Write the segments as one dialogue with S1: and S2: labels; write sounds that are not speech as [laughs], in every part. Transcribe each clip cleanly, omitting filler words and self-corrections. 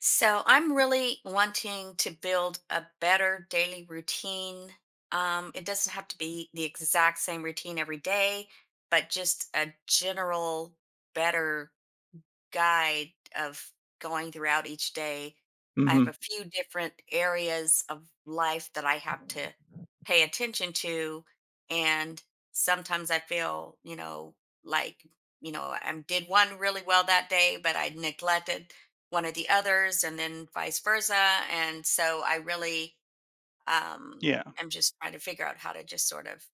S1: So I'm really wanting to build a better daily routine. It doesn't have to be the exact same routine every day, but just a general better guide of going throughout each day. I have
S2: Mhm.
S1: a few different areas of life that I have to pay attention to. And sometimes I feel, you know, like, you know, I did one really well that day, but I neglected one of the others and then vice versa. And so I really um,
S2: Yeah.
S1: am just trying to figure out how to just sort of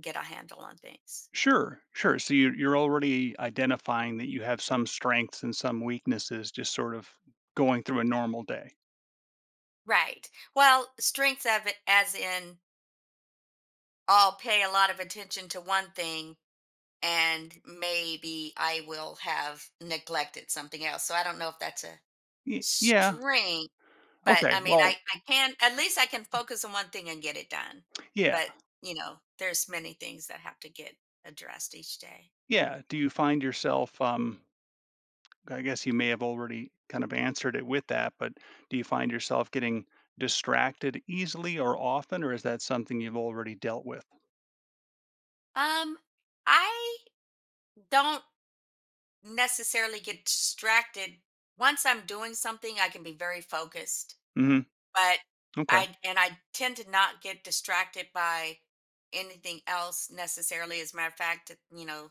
S1: get a handle on things.
S2: Sure. Sure. So you're already identifying that you have some strengths and some weaknesses, just sort of going through a normal day.
S1: Right. Well, strengths of it as in I'll pay a lot of attention to one thing and maybe I will have neglected something else. So I don't know if that's a
S2: Y- yeah.
S1: strength, but
S2: Okay.
S1: I mean, I,
S2: Well,
S1: I can, at least I can focus on one thing and get it done.
S2: yeah.
S1: But, you know, there's many things that have to get addressed each day.
S2: Yeah. Do you find yourself I guess you may have already kind of answered it with that, but do you find yourself getting distracted easily or often, or is that something you've already dealt with?
S1: Um, I don't necessarily get distracted. Once I'm doing something, I can be very focused.
S2: Mhm.
S1: But
S2: Okay.
S1: I and I tend to not get distracted by anything else necessarily. As a matter of fact, you know,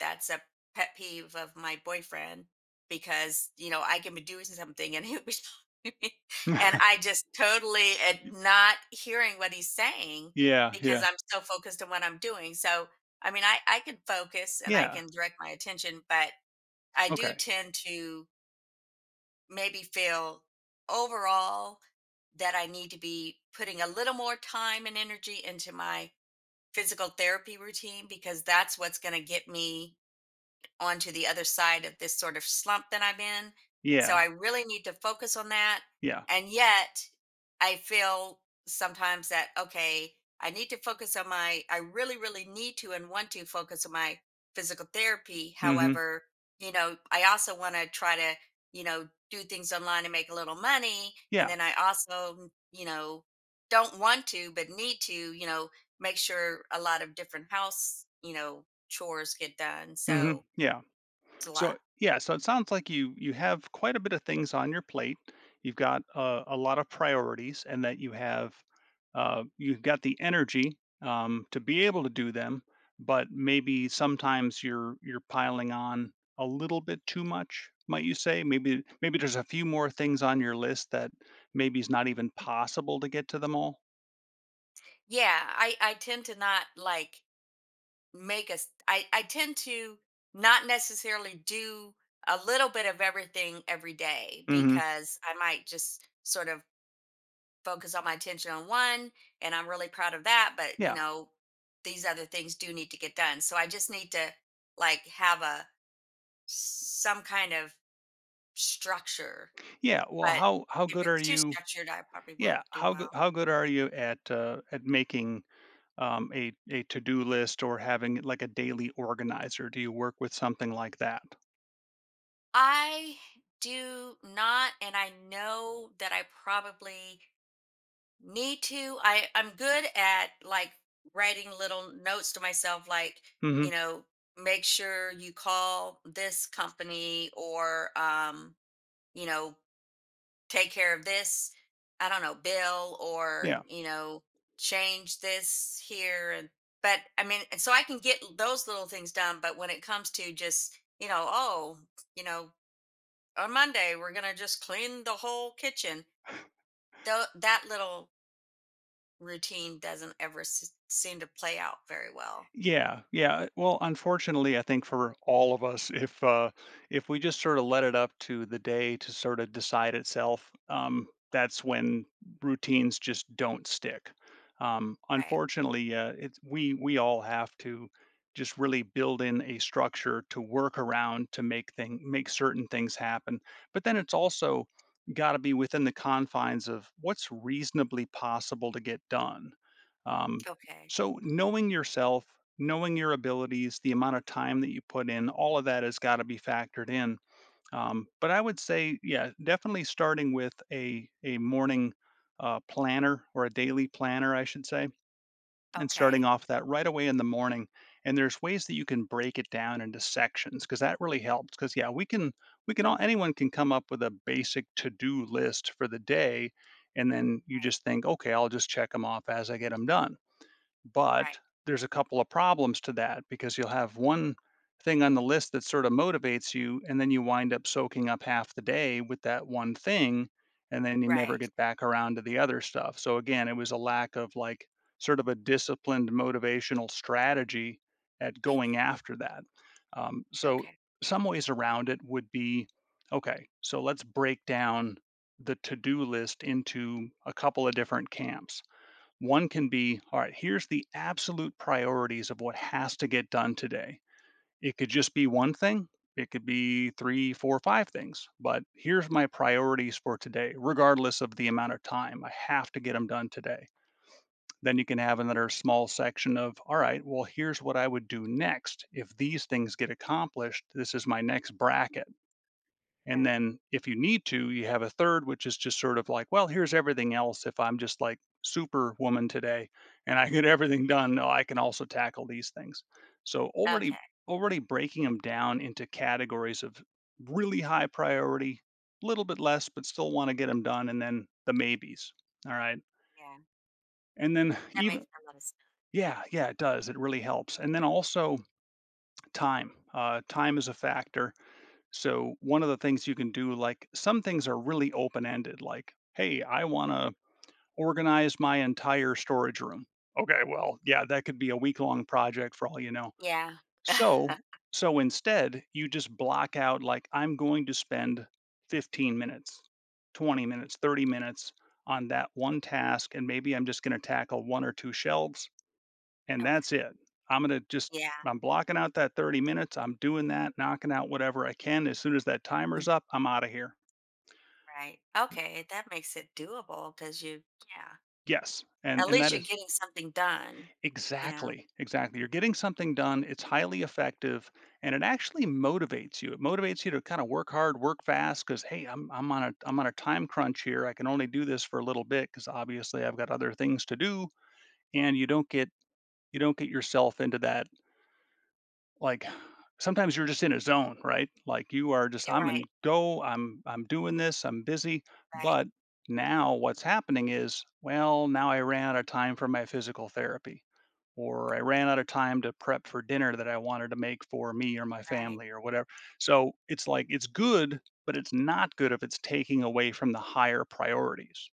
S1: that's a pet peeve of my boyfriend because, you know, I can be doing something and he was [laughs] and
S2: [laughs]
S1: I just totally am not hearing what he's saying
S2: yeah,
S1: because
S2: yeah.
S1: I'm so focused on what I'm doing. So I mean I can focus and I
S2: Yeah.
S1: can direct my attention, but I do
S2: Okay.
S1: tend to maybe feel overall that I need to be putting a little more time and energy into my physical therapy routine because that's what's going to get me onto the other side of this sort of slump that I'm in. So
S2: Yeah.
S1: I really need to focus on that.
S2: Yeah.
S1: And yet I feel sometimes that, okay, I need to focus on my, I really, really need to and want to focus on my physical therapy.
S2: Mhm.
S1: However, you know, I also want to try to, you know, do things online and make a little money. And
S2: Yeah.
S1: then I also, you know, don't want to, but need to, you know, make sure a lot of different house, you know, chores get done.
S2: Mhm.
S1: So,
S2: Yeah.
S1: it's a
S2: So
S1: lot.
S2: yeah, so it sounds like you have quite a bit of things on your plate. You've got a lot of priorities, and that you have you've got the energy to be able to do them. But maybe sometimes you're piling on a little bit too much, might you say? Maybe there's a few more things on your list that maybe it's not even possible to get to them all.
S1: Yeah, I tend to not like make us. Tend to not necessarily do a little bit of everything every day
S2: hmm
S1: because I might just sort of focus all my attention on one, and I'm really proud of that. But you
S2: Yeah,
S1: know, these other things do need to get done, so I just need to like have a some kind of structure.
S2: yeah. Well,
S1: But
S2: how
S1: if
S2: good are
S1: it's too
S2: you?
S1: structured, I probably won't
S2: Yeah,
S1: do well.
S2: how good are you at making a to-do list or having like a daily organizer? Do you work with something like that?
S1: I do not, and I know that I probably need to. I'm good at like writing little notes to myself, like
S2: Mhm.
S1: you know, make sure you call this company or you know, take care of this. I don't know, bill or
S2: Yeah.
S1: you know, change this here and. But I mean, and so I can get those little things done. But when it comes to just you know, oh, you know on Monday, we're going to just clean the whole kitchen. Though that little routine doesn't ever seem to play out very well.
S2: Yeah, yeah. Well, unfortunately, I think for all of us, if we just sort of let it up to the day to sort of decide itself, that's when routines just don't stick.
S1: Right.
S2: Unfortunately, it's we all have to just really build in a structure to work around to make certain things happen. But then it's also got to be within the confines of what's reasonably possible to get done. Um,
S1: Okay.
S2: so, knowing yourself, knowing your abilities, the amount of time that you put in, all of that has got to be factored in. But I would say, yeah, definitely starting with a morning planner, or a daily planner, I should say, and starting
S1: Okay.
S2: off that right away in the morning. And there's ways that you can break it down into sections because that really helps. Because yeah, we can all anyone can come up with a basic to do list for the day, and then you
S1: Right.
S2: just think, okay, I'll just check them off as I get them done. But
S1: Right.
S2: there's a couple of problems to that, because you'll have one thing on the list that sort of motivates you, and then you wind up soaking up half the day with that one thing, and then you never
S1: Right.
S2: get back around to the other stuff. So again, it was a lack of like sort of a disciplined motivational strategy at going
S1: Mhm.
S2: after that. So
S1: Okay.
S2: some ways around it would be, okay, so let's break down the to do list into a couple of different camps. One can be, all right, here's the absolute priorities of what has to get done today. It could just be one thing, it could be three, four, five things, but here's my priorities for today, regardless of the amount of time. I have to get them done today. Then you can have another small section of, all right, well, here's what I would do next. If these things get accomplished, this is my next bracket. And
S1: Right.
S2: then if you need to, you have a third, which is just sort of like, well, here's everything else. If I'm just like superwoman today and I get [laughs] everything done, oh, I can also tackle these things. So already
S1: Okay.
S2: already breaking them down into categories of really high priority, a little bit less, but still want to get them done, and then the maybes. All right.
S1: Yeah.
S2: And then [sighs]
S1: That
S2: even
S1: makes a lot of sense.
S2: yeah, yeah, it does. It really helps. And then also time. Time is a factor, so one of the things you can do, like some things are really open ended, like, hey, I want to organize my entire storage room. Okay, well, yeah, that could be a week long project for all you know.
S1: Yeah.
S2: So,
S1: [laughs]
S2: so, instead, you just block out like I'm going to spend 15 minutes, 20 minutes, 30 minutes on that one task, and maybe I'm just going to tackle one or two shelves, and that's
S1: Okay.
S2: it. I'm gonna just
S1: Yeah.
S2: I'm blocking out that 30 minutes. I'm doing that, knocking out whatever I can. As soon as that
S1: Mm.
S2: timer's up, I'm out of here.
S1: Right. Okay. That makes it doable because you, yeah.
S2: Yes. And
S1: At
S2: and that
S1: least you're
S2: is
S1: getting something done. Yeah.
S2: exactly, exactly. You're getting something done. It's highly effective, and it actually motivates you. It motivates you to kind of work hard, work fast, because hey, I'm on a time crunch here. I can only do this for a little bit because obviously I've got other things to do. And you don't get yourself into that, like, sometimes you're just in a zone, right? Like you are just
S1: You're
S2: I'm in
S1: right.
S2: go, I'm doing this, I'm busy.
S1: Right.
S2: But now what's happening is, well, now I ran out of time for my physical therapy, or I ran out of time to prep for dinner that I wanted to make for me or my
S1: Right.
S2: family or whatever. So it's like it's good, but it's not good if it's taking away from the higher priorities.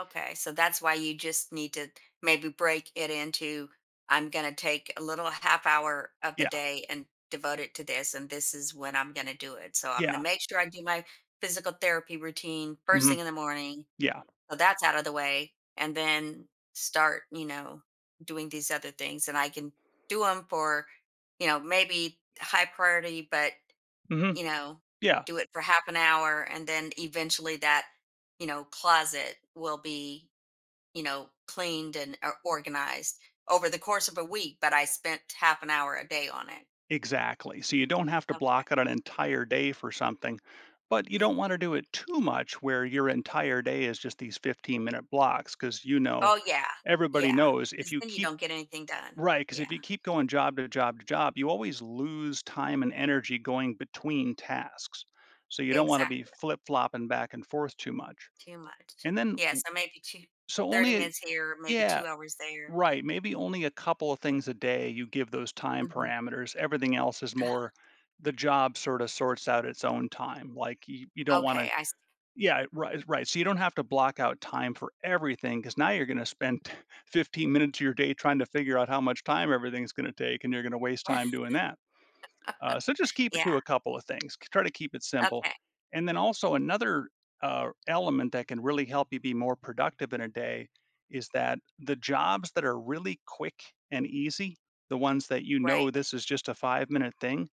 S1: Okay, so that's why you just need to maybe break it into I'm going to take a little half hour of the
S2: Yeah.
S1: day and devote it to this, and this is when I'm going to do it. So I'm going to
S2: Yeah.
S1: make sure I do my physical therapy routine first
S2: hmm
S1: thing in the morning.
S2: Yeah.
S1: So that's out of the way. And then start, you know, doing these other things. And I can do them for, you know, maybe high priority, but,
S2: hmm
S1: you know,
S2: Yeah.
S1: do it for half an hour. And then eventually that you know, closet will be you know, cleaned and or organized over the course of a week, but I spent half an hour a day on it.
S2: Exactly. So you don't have to
S1: Oh,
S2: block out an entire day for something, but you don't
S1: mm.
S2: want to do it too much where your entire day is just these 15-minute blocks, because you know
S1: Oh, yeah.
S2: everybody
S1: Yeah.
S2: knows if
S1: Because
S2: you
S1: then you
S2: keep,
S1: don't get anything done.
S2: right, because if
S1: Yeah,
S2: you keep going job to job to job, you always lose time and energy going between tasks, so you don't want to be
S1: exactly.
S2: flip-flopping back and forth too much,
S1: Too much.
S2: and then
S1: Yeah, so maybe two,
S2: so
S1: thirty
S2: only
S1: minutes here, maybe
S2: yeah
S1: 2 hours there.
S2: Right. Maybe only a couple of things a day you give those time
S1: Hmm.
S2: parameters. Everything else is
S1: Uh,
S2: more the job sort of sorts out its own time. Like you don't want
S1: okay,
S2: to,
S1: I see.
S2: yeah, right, right. So you don't have to block out time for everything, because now you're going to spend [laughs] 15 minutes of your day trying to figure out how much time everything's going to take, and you're going to waste time
S1: [laughs]
S2: doing that. So just keep it to
S1: Yeah.
S2: a couple of things. Try to keep it simple.
S1: Okay.
S2: And then also another element that can really help you be more productive in a day is that the jobs that are really quick and easy, the ones that you know
S1: Right.
S2: this is just a 5 minute thing,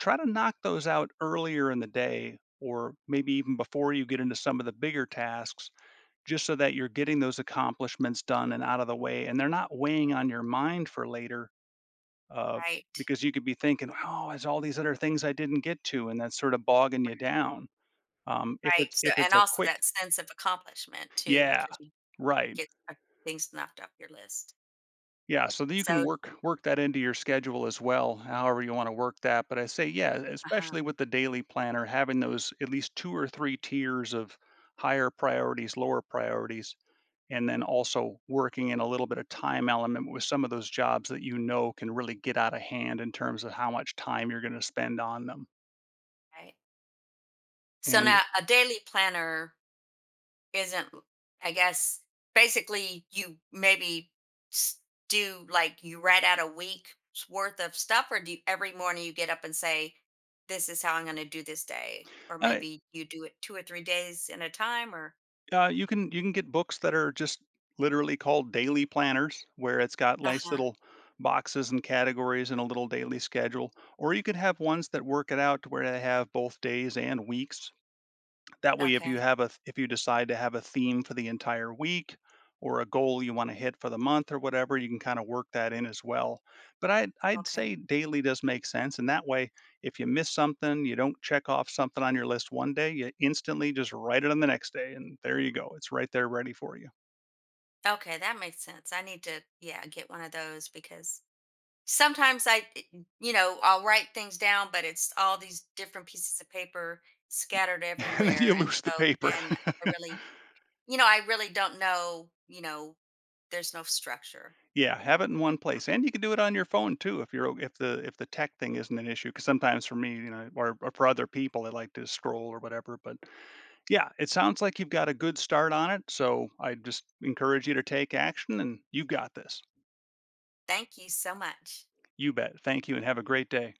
S2: try to knock those out earlier in the day, or maybe even before you get into some of the bigger tasks, just so that you're getting those accomplishments done and out of the way, and they're not weighing on your mind for later, uh,
S1: Right.
S2: because you could be thinking, "Oh, there's all these other things I didn't get to," and that's sort of bogging you down.
S1: Right. So,
S2: If
S1: and
S2: it's a
S1: also
S2: quick,
S1: that sense of accomplishment too,
S2: yeah,
S1: because you
S2: right,
S1: get things knocked off your list.
S2: yeah. So that you can
S1: So,
S2: work that into your schedule as well, however you want to work that. But I say, yeah,
S1: uh huh.
S2: especially with the daily planner, having those at least two or three tiers of higher priorities, lower priorities, and then also working in a little bit of time element with some of those jobs that you know can really get out of hand in terms of how much time you're going to spend on them.
S1: Right. So
S2: And
S1: now a daily planner isn't, I guess, basically you maybe s- do like you write out a week's worth of stuff, or do you, every morning you get up and say, "This is how I'm going to do this day," or
S2: Uh,
S1: maybe you do it two or three days in a time, or
S2: you can get books that are just literally called daily planners, where it's got
S1: uh
S2: nice
S1: huh.
S2: little boxes and categories and a little daily schedule. Or you could have ones that work it out to where they have both days and weeks. That way, if you
S1: Okay,
S2: have a if you decide to have a theme for the entire week or a goal you want to hit for the month or whatever, you can kind of work that in as well. But I'd
S1: okay,
S2: say daily does make sense, and that way, if you miss something, you don't check off something on your list one day, you instantly just write it on the next day, and there you go. It's right there ready for you.
S1: okay. That makes sense. I need to, yeah, get one of those because sometimes I, eh, you know, I'll write things down, but it's all these different pieces of paper scattered
S2: [laughs] And then you
S1: everywhere. And
S2: lose the
S1: so
S2: paper.
S1: then I really, you know, I really don't know, you know, there's no structure.
S2: Yeah, have it in one place, and you can do it on your phone too if you're if the tech thing isn't an issue. Because sometimes for me, you know, or for other people, they like to scroll or whatever. But yeah, it sounds like you've got a good start on it, so I just encourage you to take action and you've got this.
S1: Thank you so much.
S2: You bet. Thank you and have a great day.